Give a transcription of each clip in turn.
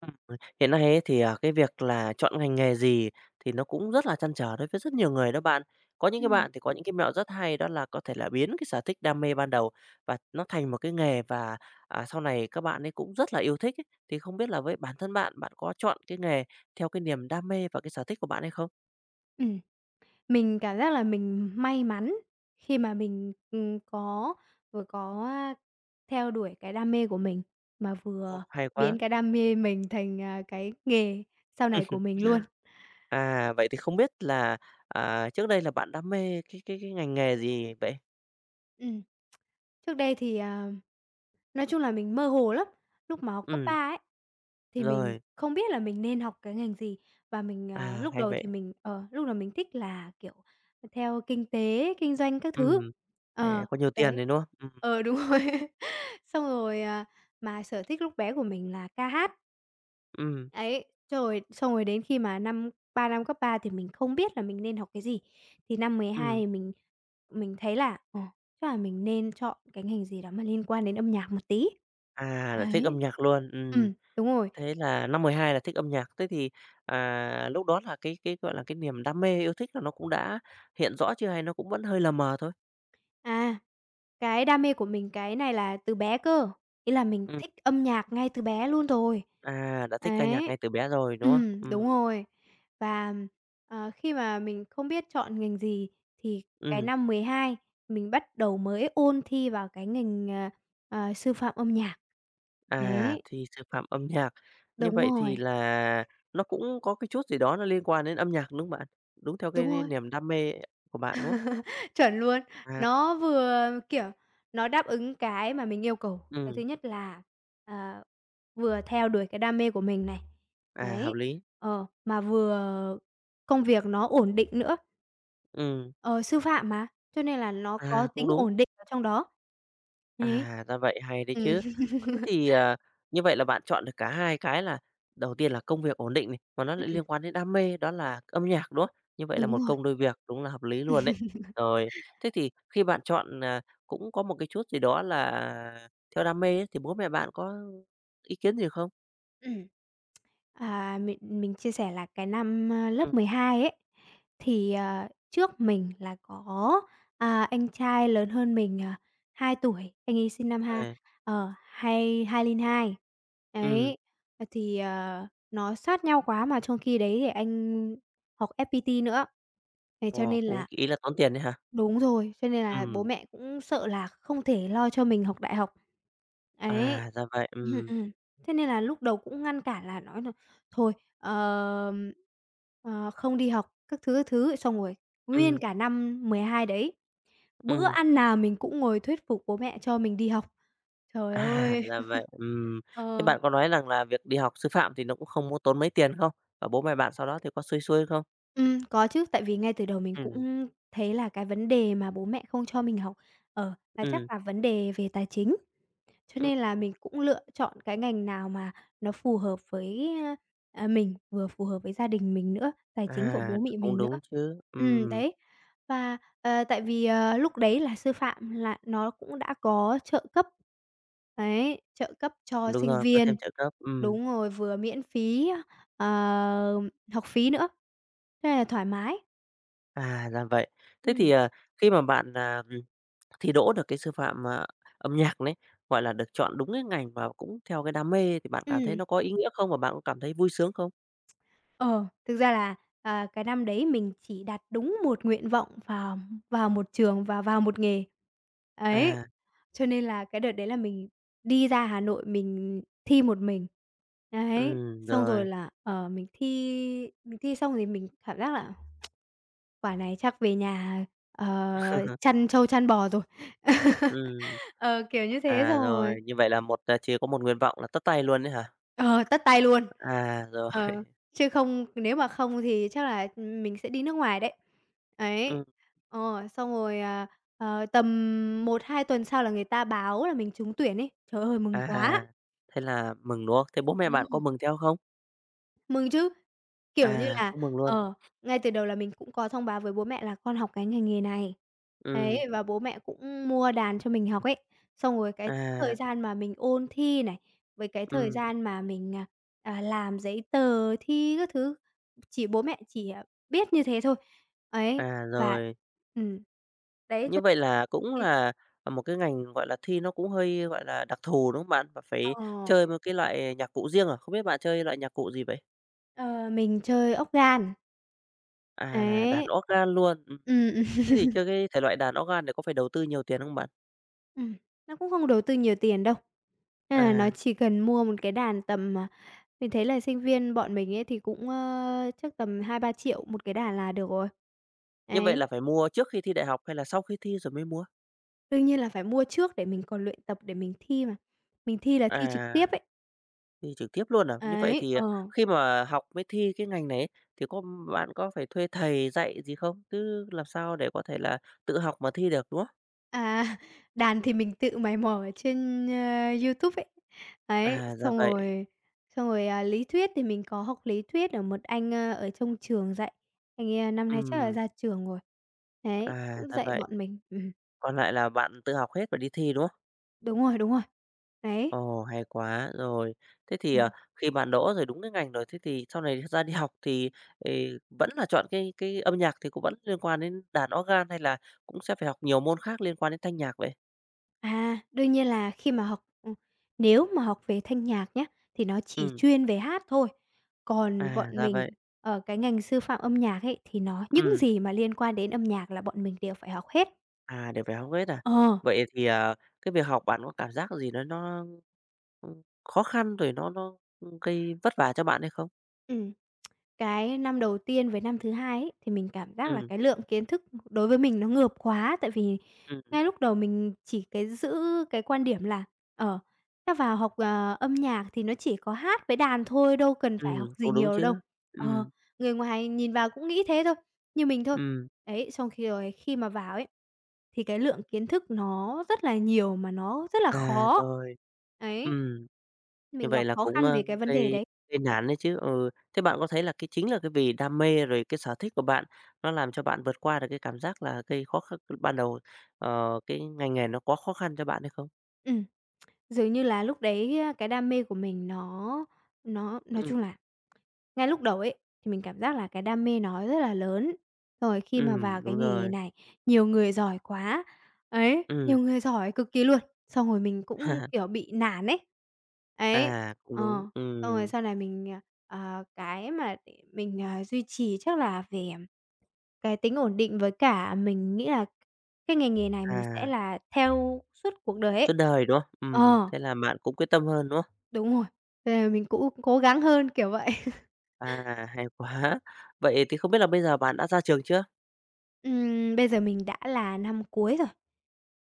Ừm, hiện nay ấy thì, cái việc là chọn ngành nghề gì thì nó cũng rất là trăn trở đối với rất nhiều người đó bạn. Có những cái Ừm, bạn thì có những cái mẹo rất hay đó là có thể là biến cái sở thích đam mê ban đầu và nó thành một cái nghề và, sau này các bạn ấy cũng rất là yêu thích ấy. Thì không biết là với bản thân bạn, bạn có chọn cái nghề theo cái niềm đam mê và cái sở thích của bạn hay không? ừm. Mình cảm giác là mình may mắn khi mà mình, có vừa theo đuổi cái đam mê của mình, mà Ồ, vừa hay biến quá! cái đam mê mình thành, cái nghề sau này của mình luôn. À, vậy thì không biết là, trước đây là bạn đam mê cái ngành nghề gì vậy? Ừm, Trước đây thì, nói chung là mình mơ hồ lắm, lúc mà học cấp Ừm, 3 ấy, thì mình rồi, không biết là mình nên học cái ngành gì và mình, à, hay vậy. Lúc đầu mình thích là, kiểu, theo kinh tế, kinh doanh các thứ. Ừm, để Ờ, có nhiều tiền đấy. đấy, đúng không? Ờ, đúng rồi. Xong rồi, mà sở thích lúc bé của mình là ca hát. ừm, Ấy, rồi xong rồi đến khi mà năm 3 năm cấp 3 thì mình không biết là mình nên học cái gì. Thì năm 12 ừm, thì mình thấy là, chắc là mình nên chọn cái ngành gì đó mà liên quan đến âm nhạc một tí. à, là thích âm Đấy. nhạc luôn. Đúng rồi. Thế là năm 12 là thích âm nhạc, thế thì, lúc đó là cái, gọi là, cái niềm đam mê, yêu thích là nó cũng đã hiện rõ chưa hay nó cũng vẫn hơi lờ mờ thôi? À, cái đam mê của mình cái này là từ bé cơ, ý là mình Ừm, thích âm nhạc ngay từ bé luôn rồi. à, đã thích ca nhạc Ấy. ngay từ bé rồi, đúng không? Đúng rồi. Và, khi mà mình không biết chọn ngành gì thì cái ừm, năm 12 mình bắt đầu mới ôn thi vào cái ngành, sư phạm âm nhạc. à, Đấy, thì sư phạm âm nhạc. Như đúng vậy thì rồi, là nó cũng có cái chút gì đó nó liên quan đến âm nhạc, đúng không bạn? Đúng theo đúng cái rồi, niềm đam mê của bạn, đúng không? chuẩn luôn. À, Nó vừa, kiểu, nó đáp ứng cái mà mình yêu cầu. Cái ừm, thứ nhất là, ờ vừa theo đuổi cái đam mê của mình này, à, hợp đấy, lý, mà vừa công việc nó ổn định nữa, ừm, ờ, sư phạm mà, cho nên là nó có à, cũng tính đúng. ổn định ở trong đó. Đấy. À, ra vậy, hay đấy Ừm. chứ. Thế thì, như vậy là bạn chọn được cả hai cái là đầu tiên là công việc ổn định này, mà nó lại Ừm, liên quan đến đam mê đó là âm nhạc, đúng không? Như vậy là đúng một rồi, công đôi việc, đúng là hợp lý luôn đấy. Rồi, thế thì khi bạn chọn, cũng có một cái chút gì đó là theo đam mê ấy, thì bố mẹ bạn có ý kiến gì không? ừm. Mình chia sẻ là cái năm, Ừm, lớp 12 ấy, thì, trước mình là có, anh trai lớn hơn mình, 2 tuổi, anh ấy sinh năm ha à, ở hai hai linh hai. ừm, Đấy, nó sát nhau quá mà trong khi đấy thì anh học FPT nữa, thế cho ồ, nên cũng là ý là tốn tiền đấy hả? Đúng rồi, cho nên là bố Ừm, mẹ cũng sợ là không thể lo cho mình học đại học. Ấy. à, ra vậy, Ừm, ừm. Thế nên là lúc đầu cũng ngăn cản là nói là "Thôi, ờm, không đi học" các thứ, các thứ. Xong rồi nguyên ừm, cả năm 12 đấy, bữa ừm. ăn nào mình cũng ngồi thuyết phục bố mẹ cho mình đi học. Trời À, ơi! ra vậy. Thế Ờ. bạn có nói rằng là việc đi học sư phạm thì nó cũng không có tốn mấy tiền không? Và bố mẹ bạn sau đó thì có xuôi xuôi không? Có chứ, tại vì ngay từ đầu mình Ừm, cũng thấy là cái vấn đề mà bố mẹ không cho mình học, là ừm, chắc là vấn đề về tài chính. Cho ừm. nên là mình cũng lựa chọn cái ngành nào mà nó phù hợp với, mình, vừa phù hợp với gia đình mình nữa, tài chính của À, bố mẹ cũng mình nữa. đúng chứ. Đấy. Và, tại vì, lúc đấy là sư phạm là nó cũng đã có trợ cấp, đấy, trợ cấp cho Đúng sinh rồi, có thêm viên. trợ cấp. Đúng rồi, vừa miễn phí, ờ, học phí nữa, thế là thoải mái. À, ra vậy. Thế thì, Ừm, khi mà bạn, thi đỗ được cái sư phạm, âm nhạc đấy, gọi là, được chọn đúng cái ngành và cũng theo cái đam mê thì bạn cảm thấy ừm. nó có ý nghĩa không? Và bạn có cảm thấy vui sướng không? Ờ, thực ra là, cái năm đấy mình chỉ đặt đúng một nguyện vọng vào vào một trường và vào một nghề. Ấy, À, cho nên là cái đợt đấy là mình đi ra Hà Nội mình thi một mình. Đấy, xong rồi rồi. là, mình thi xong thì mình cảm giác là "Quả này chắc về nhà, chăn trâu chăn bò rồi." Ừm. Ờ, kiểu như thế, À, xong rồi rồi, như vậy là một à, chỉ có một nguyện vọng là tất tay luôn đấy hả? Ờ, tất tay luôn. À, rồi, Ờ, chứ không nếu mà không thì chắc là, mình sẽ đi nước ngoài đấy. Ấy, ừm, ờ, xong rồi, à, ờ, tầm một hai tuần sau là người ta báo là mình trúng tuyển ấy. Trời ơi, mừng à, quá! thế là mừng, đúng không? Thế bố mẹ Ờ. bạn có mừng theo không? Mừng chứ. Kiểu như À, là, cũng mừng luôn, ờ, ngay từ đầu là mình cũng có thông báo với bố mẹ là con học cái ngành nghề này. Đấy, ừm, và bố mẹ cũng mua đàn cho mình học ấy. Xong rồi cái thời à, gian mà mình ôn thi này, với cái thời ừm, gian mà mình, làm giấy tờ thi các thứ, chỉ bố mẹ chỉ, biết như thế thôi. Ấy, à, và rồi. ừm, đấy, Như cho vậy là cũng thì là, một cái ngành, gọi là, thi nó cũng hơi, gọi là, đặc thù, đúng không bạn? Và phải ờ, chơi một cái loại nhạc cụ riêng à? Không biết bạn chơi loại nhạc cụ gì vậy? ờ, mình chơi ốc gan, À, đàn ấy. organ luôn. Ừm, ừm. Thế thì chơi cái thể loại đàn organ này có phải đầu tư nhiều tiền không bạn? Ừm, nó cũng không đầu tư nhiều tiền đâu. À, À, nó chỉ cần mua một cái đàn tầm, mình thấy là sinh viên bọn mình ấy thì cũng, chắc tầm hai ba triệu một cái đàn là được rồi. như vậy Ấy, là phải mua trước khi thi đại học hay là sau khi thi rồi mới mua? đương nhiên là phải mua trước để mình còn luyện tập để mình thi mà. Mình thi là thi trực À, tiếp ấy. thi trực tiếp luôn à? Như vậy Ấy, thì, ờ. khi mà học với thi cái ngành này ấy, thì bạn có phải thuê thầy dạy gì không? Chứ làm sao để có thể là tự học mà thi được, đúng không? À, đàn thì mình tự mày mò ở trên, YouTube ấy. Ấy, À, ra xong vậy. rồi xong rồi, à, lý thuyết thì mình có học lý thuyết ở một anh, ở trong trường dạy, anh ấy năm nay chắc là Ừm, ra trường rồi. Đấy, à, cũng ra dạy vậy. bọn mình. Còn lại là bạn tự học hết và đi thi, đúng không? Đúng rồi, đúng rồi. Đấy, Ồ, hay quá, rồi. Thế thì, ừm, khi bạn đỗ rồi đúng cái ngành rồi, thế thì sau này ra đi học thì, ừ, vẫn là chọn cái âm nhạc thì cũng vẫn liên quan đến đàn organ hay là cũng sẽ phải học nhiều môn khác liên quan đến thanh nhạc vậy? Đương nhiên là khi mà học nếu mà học về thanh nhạc nhá, thì nó chỉ Ừm, chuyên về hát thôi, còn à, bọn ra vậy. mình ở cái ngành sư phạm âm nhạc ấy, thì nó những Ừm. gì mà liên quan đến âm nhạc là bọn mình đều phải học hết. À, đều phải học hết à? Ờ. Vậy thì, cái việc học bạn có cảm giác gì nó, khó khăn rồi nó, ưm, gây vất vả cho bạn hay không? Ừm. Cái năm đầu tiên với năm thứ hai ấy, thì mình cảm giác là Ừm, cái lượng kiến thức đối với mình nó ngợp quá, tại vì ừm, ngay lúc đầu mình chỉ cái giữ cái quan điểm là, ờ, "Ta vào học, âm nhạc thì nó chỉ có hát với đàn thôi, đâu cần phải học gì cũng đúng nhiều đâu." chứ. Ờ, Ừm, người ngoài nhìn vào cũng nghĩ thế thôi, như mình thôi. ừm, Đấy, xong khi rồi khi mà vào ấy, thì cái lượng kiến thức nó rất là nhiều mà nó rất là à, khó. rồi, Ấy. ừm, như Mình vậy gặp là khó cũng, khăn ơ, về cái vấn đề gây đấy. gây nản đấy chứ, ừ. Thế bạn có thấy là cái chính là cái vì đam mê rồi cái sở thích của bạn nó làm cho bạn vượt qua được cái cảm giác là gây khó khăn ban đầu, ờ, cái ngành nghề nó quá khó khăn cho bạn hay không? Ừm. Dường như là lúc đấy, cái đam mê của mình nó nói Ừm, chung là ngay lúc đầu ấy, thì mình cảm giác là cái đam mê nó rất là lớn. Rồi khi mà vào cái đúng nghề rồi, này, nhiều người giỏi quá, ấy, ừm. nhiều người giỏi cực kỳ luôn, xong rồi mình cũng, kiểu, bị nản ấy. Ấy, À, cũng đúng, ờ, xong rồi sau này mình, cái mà để mình, duy trì chắc là về cái tính ổn định với cả mình nghĩ là cái nghề nghề này mình sẽ à, là theo suốt cuộc đời suốt ấy. đời, đúng không? Ờ. Thế là bạn cũng quyết tâm hơn, đúng không? Đúng rồi, bây giờ mình cũng cố gắng hơn, kiểu vậy. À, hay quá! Vậy thì không biết là bây giờ bạn đã ra trường chưa? Bây giờ mình đã là năm cuối rồi.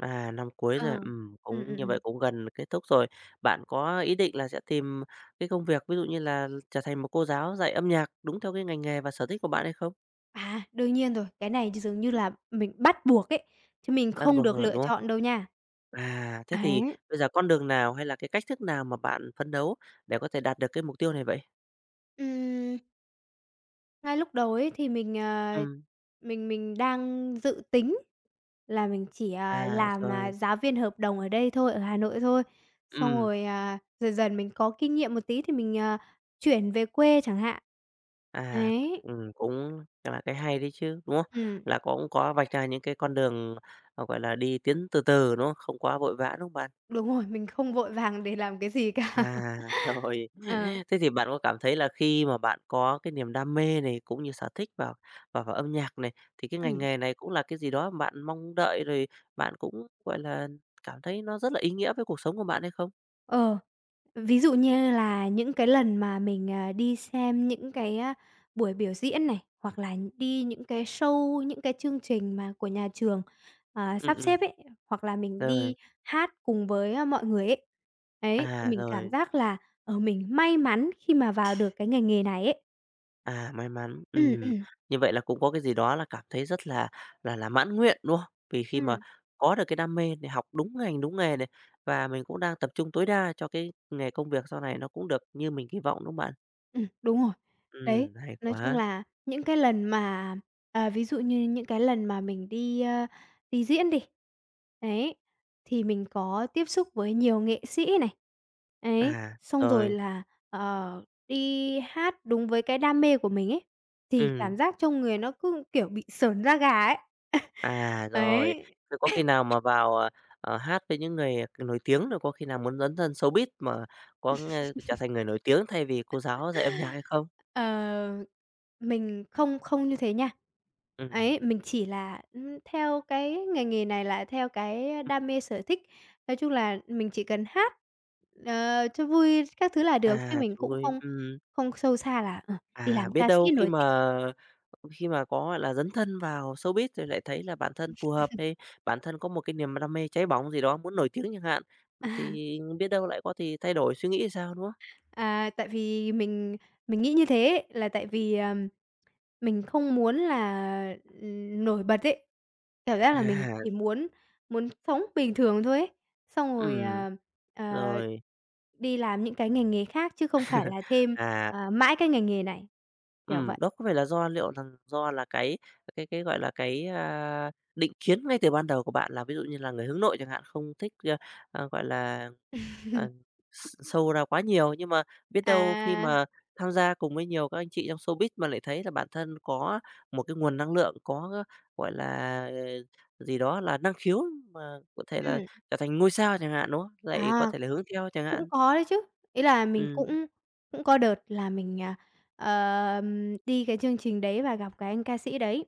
À, năm cuối Ờ. rồi, cũng như vậy ừm. cũng gần kết thúc rồi. Bạn có ý định là sẽ tìm cái công việc, ví dụ như là trở thành một cô giáo dạy âm nhạc đúng theo cái ngành nghề và sở thích của bạn hay không? À, đương nhiên rồi, cái này dường như Ừm, là mình bắt buộc ấy, chứ mình bắt không buộc được rồi, lựa đúng không? chọn đâu nha. À, thế thì Ấy. bây giờ con đường nào hay là cái cách thức nào mà bạn phấn đấu để có thể đạt được cái mục tiêu này vậy? Ừm, ngay lúc đầu ấy thì mình, Ừm, mình đang dự tính là mình chỉ, à, làm, rồi, giáo viên hợp đồng ở đây thôi, ở Hà Nội thôi. Xong ừm. rồi, dần dần mình có kinh nghiệm một tí thì mình, chuyển về quê chẳng hạn. À, Đấy, cũng là cái hay đấy chứ, đúng không? ừm. Là cũng có vạch ra những cái con đường, ờ, gọi là, đi tiến từ từ, đúng không? Không quá vội vã, đúng không bạn? Đúng rồi, mình không vội vàng để làm cái gì cả. À, rồi. Ờ. Thế thì bạn có cảm thấy là khi mà bạn có cái niềm đam mê này, cũng như sở thích vào vào vào âm nhạc này, thì cái ngành Ừm. nghề này cũng là cái gì đó mà bạn mong đợi, rồi bạn cũng, gọi là, cảm thấy nó rất là ý nghĩa với cuộc sống của bạn hay không? Ờ, ví dụ như là những cái lần mà mình, đi xem những cái, buổi biểu diễn này, hoặc là đi những cái show, những cái chương trình mà của nhà trường, Ừ sắp xếp ấy, hoặc là mình rồi, đi hát cùng với, mọi người ấy. Đấy, thì à, mình cảm rồi. giác là, mình may mắn khi mà vào được cái ngành nghề này ấy. À, may mắn, Ừm, ừm. ừm. Như vậy là cũng có cái gì đó là cảm thấy rất là là mãn nguyện, đúng không? Vì khi mà Ừm. có được cái đam mê để học đúng ngành, đúng nghề này, và mình cũng đang tập trung tối đa cho cái nghề công việc sau này nó cũng được như mình kỳ vọng, đúng không bạn? Đúng rồi. Đấy, Hay nói chung quá. là những cái lần mà, ví dụ như những cái lần mà mình đi, đi diễn đi, đấy, thì mình có tiếp xúc với nhiều nghệ sĩ này, ấy, À, xong rồi rồi, là, đi hát đúng với cái đam mê của mình ấy, thì ừm, cảm giác trong người nó cứ, kiểu, bị sởn da gà ấy. à, rồi. Ấy. Thế có khi nào mà vào, ờ, ờ, hát với những người, ờ, nổi tiếng rồi có khi nào muốn dấn thân showbiz mà có nghe trở thành người nổi tiếng thay vì cô giáo dạy âm nhạc hay không? Ờ, mình không không như thế nha. Ừm, Ấy, mình chỉ là, theo cái ngành nghề này là theo cái đam mê, sở thích. Nói chung là mình chỉ cần hát, cho vui các thứ là được, chứ à, mình trời cũng ơi, không không sâu xa là, đi À, làm biết ca đâu sĩ nổi tiếng. Khi mà có, gọi là, dấn thân vào showbiz rồi lại thấy là bản thân phù hợp hay bản thân có một cái niềm đam mê cháy bỏng gì đó muốn nổi tiếng chẳng hạn, thì biết đâu lại có thì thay đổi suy nghĩ thì sao, đúng không? À, tại vì mình nghĩ như thế là tại vì, mình không muốn là, nổi bật ấy. Cảm giác là mình À, chỉ muốn muốn sống bình thường thôi ấy, xong rồi, ừm, ờ, rồi, đi làm những cái ngành nghề khác chứ không phải là thêm, à, mãi cái ngành nghề này, kiểu vậy. đó có phải là do liệu rằng do là cái, gọi là, cái, a, định kiến ngay từ ban đầu của bạn là ví dụ như là người hướng nội chẳng hạn, không thích, ơ, ờ, gọi là À, s sâu ra quá nhiều, nhưng mà biết đâu khi À, mà tham gia cùng với nhiều các anh chị trong showbiz mà lại thấy là bản thân có một cái nguồn năng lượng, có, cái gọi là, ờ, gì đó là năng khiếu mà có thể là ừm, trở thành ngôi sao chẳng hạn, đúng không? Lại có à. thể là hướng theo chẳng Cũng hạn. có đấy chứ. Ý là mình Ừm, cũng cũng có đợt là mình, đi cái chương trình đấy và gặp cái anh ca sĩ đấy,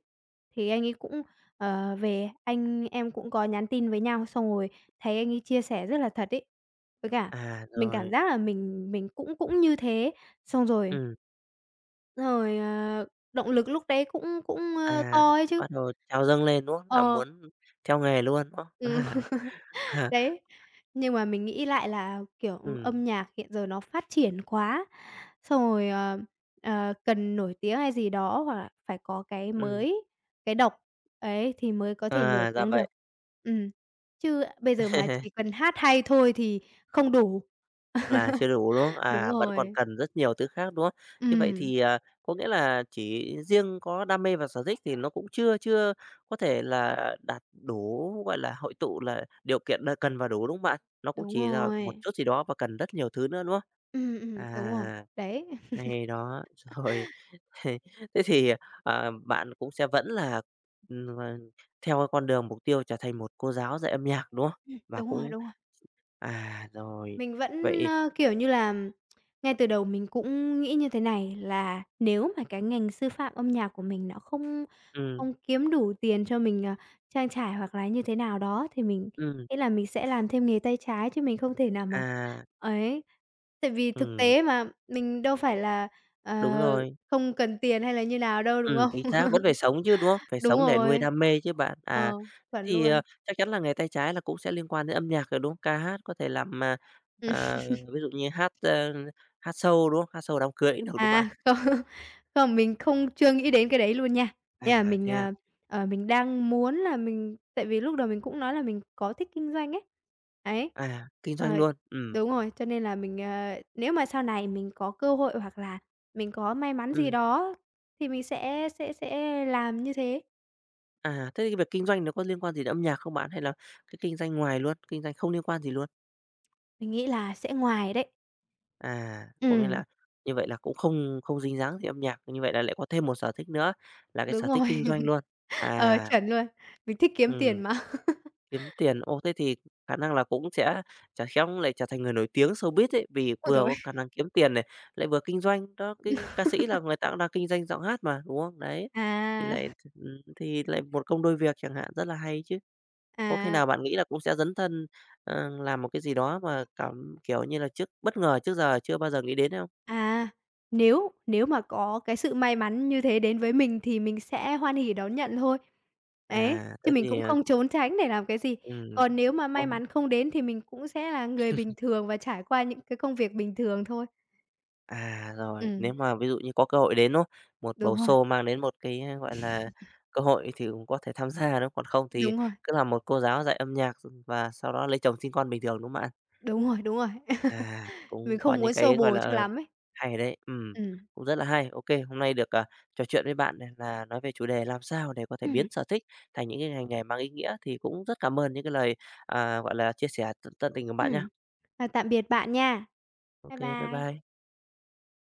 thì anh ấy cũng, về anh em cũng có nhắn tin với nhau, xong rồi thấy anh ấy chia sẻ rất là thật ấy. Với cả à, mình cảm rồi, giác là mình cũng cũng như thế, xong rồi ừm, rồi, ờ, động lực lúc đấy cũng cũng à, to ấy chứ. bắt đầu trào dâng lên, đúng không? Là Ờ, muốn theo nghề luôn, đúng không? ừ. À, à, Đấy, nhưng mà mình nghĩ lại là, kiểu, ừm, âm nhạc hiện giờ nó phát triển quá, xong rồi, cần nổi tiếng hay gì đó hoặc là phải có cái mới, cái độc ấy thì mới có thể nổi à, ra tiếng được. vậy. Ừm, chứ bây giờ mà chỉ cần hát hay thôi thì không đủ. Là chưa đủ, đúng không? À, Đúng vẫn còn rồi, cần rất nhiều thứ khác, đúng không? Như vậy ừm, thì, có nghĩa là chỉ riêng có đam mê và sở thích thì nó cũng chưa chưa có thể là đạt đủ, gọi là, hội tụ là điều kiện là cần và đủ, đúng không bạn? Nó cũng đúng chỉ là một rồi, chút gì đó và cần rất nhiều thứ nữa, đúng không? Đúng rồi, À, đấy, hay đó. Rồi, thế thì, bạn cũng sẽ vẫn là, ờ, theo cái con đường mục tiêu trở thành một cô giáo dạy âm nhạc, đúng không? Và đúng rồi, cũng đúng. à, rồi, Mình vẫn, vậy kiểu như là, ngay từ đầu mình cũng nghĩ như thế này, là nếu mà cái ngành sư phạm âm nhạc của mình nó không ừm, không kiếm đủ tiền cho mình, trang trải hoặc là như thế nào đó, thì mình ừm. nghĩ là mình sẽ làm thêm nghề tay trái chứ mình không thể nào mà À, ấy. Tại vì thực ừm, tế mà, mình đâu phải là, đúng ờ, rồi. không cần tiền hay là như nào đâu, đúng không? Chính xác, vẫn phải sống chứ, đúng không? Phải Đúng sống để nuôi rồi. đam mê chứ bạn. À, Ờ, thế chuẩn thì, luôn. ờ, chắc chắn là nghề tay trái là cũng sẽ liên quan đến âm nhạc rồi, đúng không? Ca hát có thể làm, à, à, ví dụ như hát, ơ, hát show, đúng không? Hát show đám cưới cũng được, đúng không bạn? À, không, không, mình không chưa nghĩ đến cái đấy luôn nha. À, Ý là mình, thế à? Mình đang muốn là mình tại vì lúc đầu mình cũng nói là mình có thích kinh doanh ấy. Ấy, À, kinh doanh ờ, luôn, đúng rồi, cho nên là mình, nếu mà sau này mình có cơ hội hoặc là mình có may mắn gì ừm. đó thì mình sẽ làm như thế. À, thế thì việc kinh doanh nó có liên quan gì đến âm nhạc không bạn? Hay là cái kinh doanh ngoài luôn, kinh doanh không liên quan gì luôn? Mình nghĩ là sẽ ngoài đấy. À, có nghĩa Ừm, là như vậy là cũng không không dính dáng gì âm nhạc, như vậy là lại có thêm một sở thích nữa là cái sở đúng thích rồi. kinh doanh luôn. Ờ, À. chuẩn luôn. Mình thích kiếm tiền Ừm, mà. kiếm tiền. Ô, thế thì khả năng là cũng sẽ chả khéo cũng lại trở thành người nổi tiếng showbiz ấy, vì Ôi vừa trời. có khả năng kiếm tiền này, lại vừa kinh doanh. Đó, kinh ca sĩ là người ta cũng đang kinh doanh giọng hát mà, đúng không? Đấy, thì À, lại th thì lại một công đôi việc chẳng hạn, rất là hay chứ. Có khi à. nào bạn nghĩ là cũng sẽ dấn thân, ờ, làm một cái gì đó mà cảm kiểu như là, trước bất ngờ, trước giờ chưa bao giờ nghĩ đến không? À, nếu nếu mà có cái sự may mắn như thế đến với mình thì mình sẽ hoan hỉ đón nhận thôi. Ấy, À, chứ thế mình thì, cũng ờ, không trốn tránh để làm cái gì. ừm, Còn nếu mà may không mắn không đến thì mình cũng sẽ là người bình thường và trải qua những cái công việc bình thường thôi. à, rồi, nếu Ừm, mà ví dụ như có cơ hội đến, đúng không? Một bầu đúng rồi, sô mang đến một cái, ờ, gọi là, cơ hội thì cũng có thể tham gia, đúng không? Còn không thì đúng rồi, cứ làm một cô giáo dạy âm nhạc và sau đó lấy chồng sinh con bình thường, đúng không bạn? đúng rồi, đúng rồi. À, cũng Mình có không những muốn xô cái, gọi bồ là, cho ờ, lắm ấy. hay đấy, Ừm, cũng rất là hay. Ok hôm nay được, trò chuyện với bạn này là nói về chủ đề làm sao để có thể biến ừm, sở thích thành những cái ngành nghề mang ý nghĩa thì cũng rất cảm ơn những cái lời, à, gọi là, chia sẻ tận tình của bạn nhá. ừm. À, tạm biệt bạn nha. Ok Bye bye bye. bye.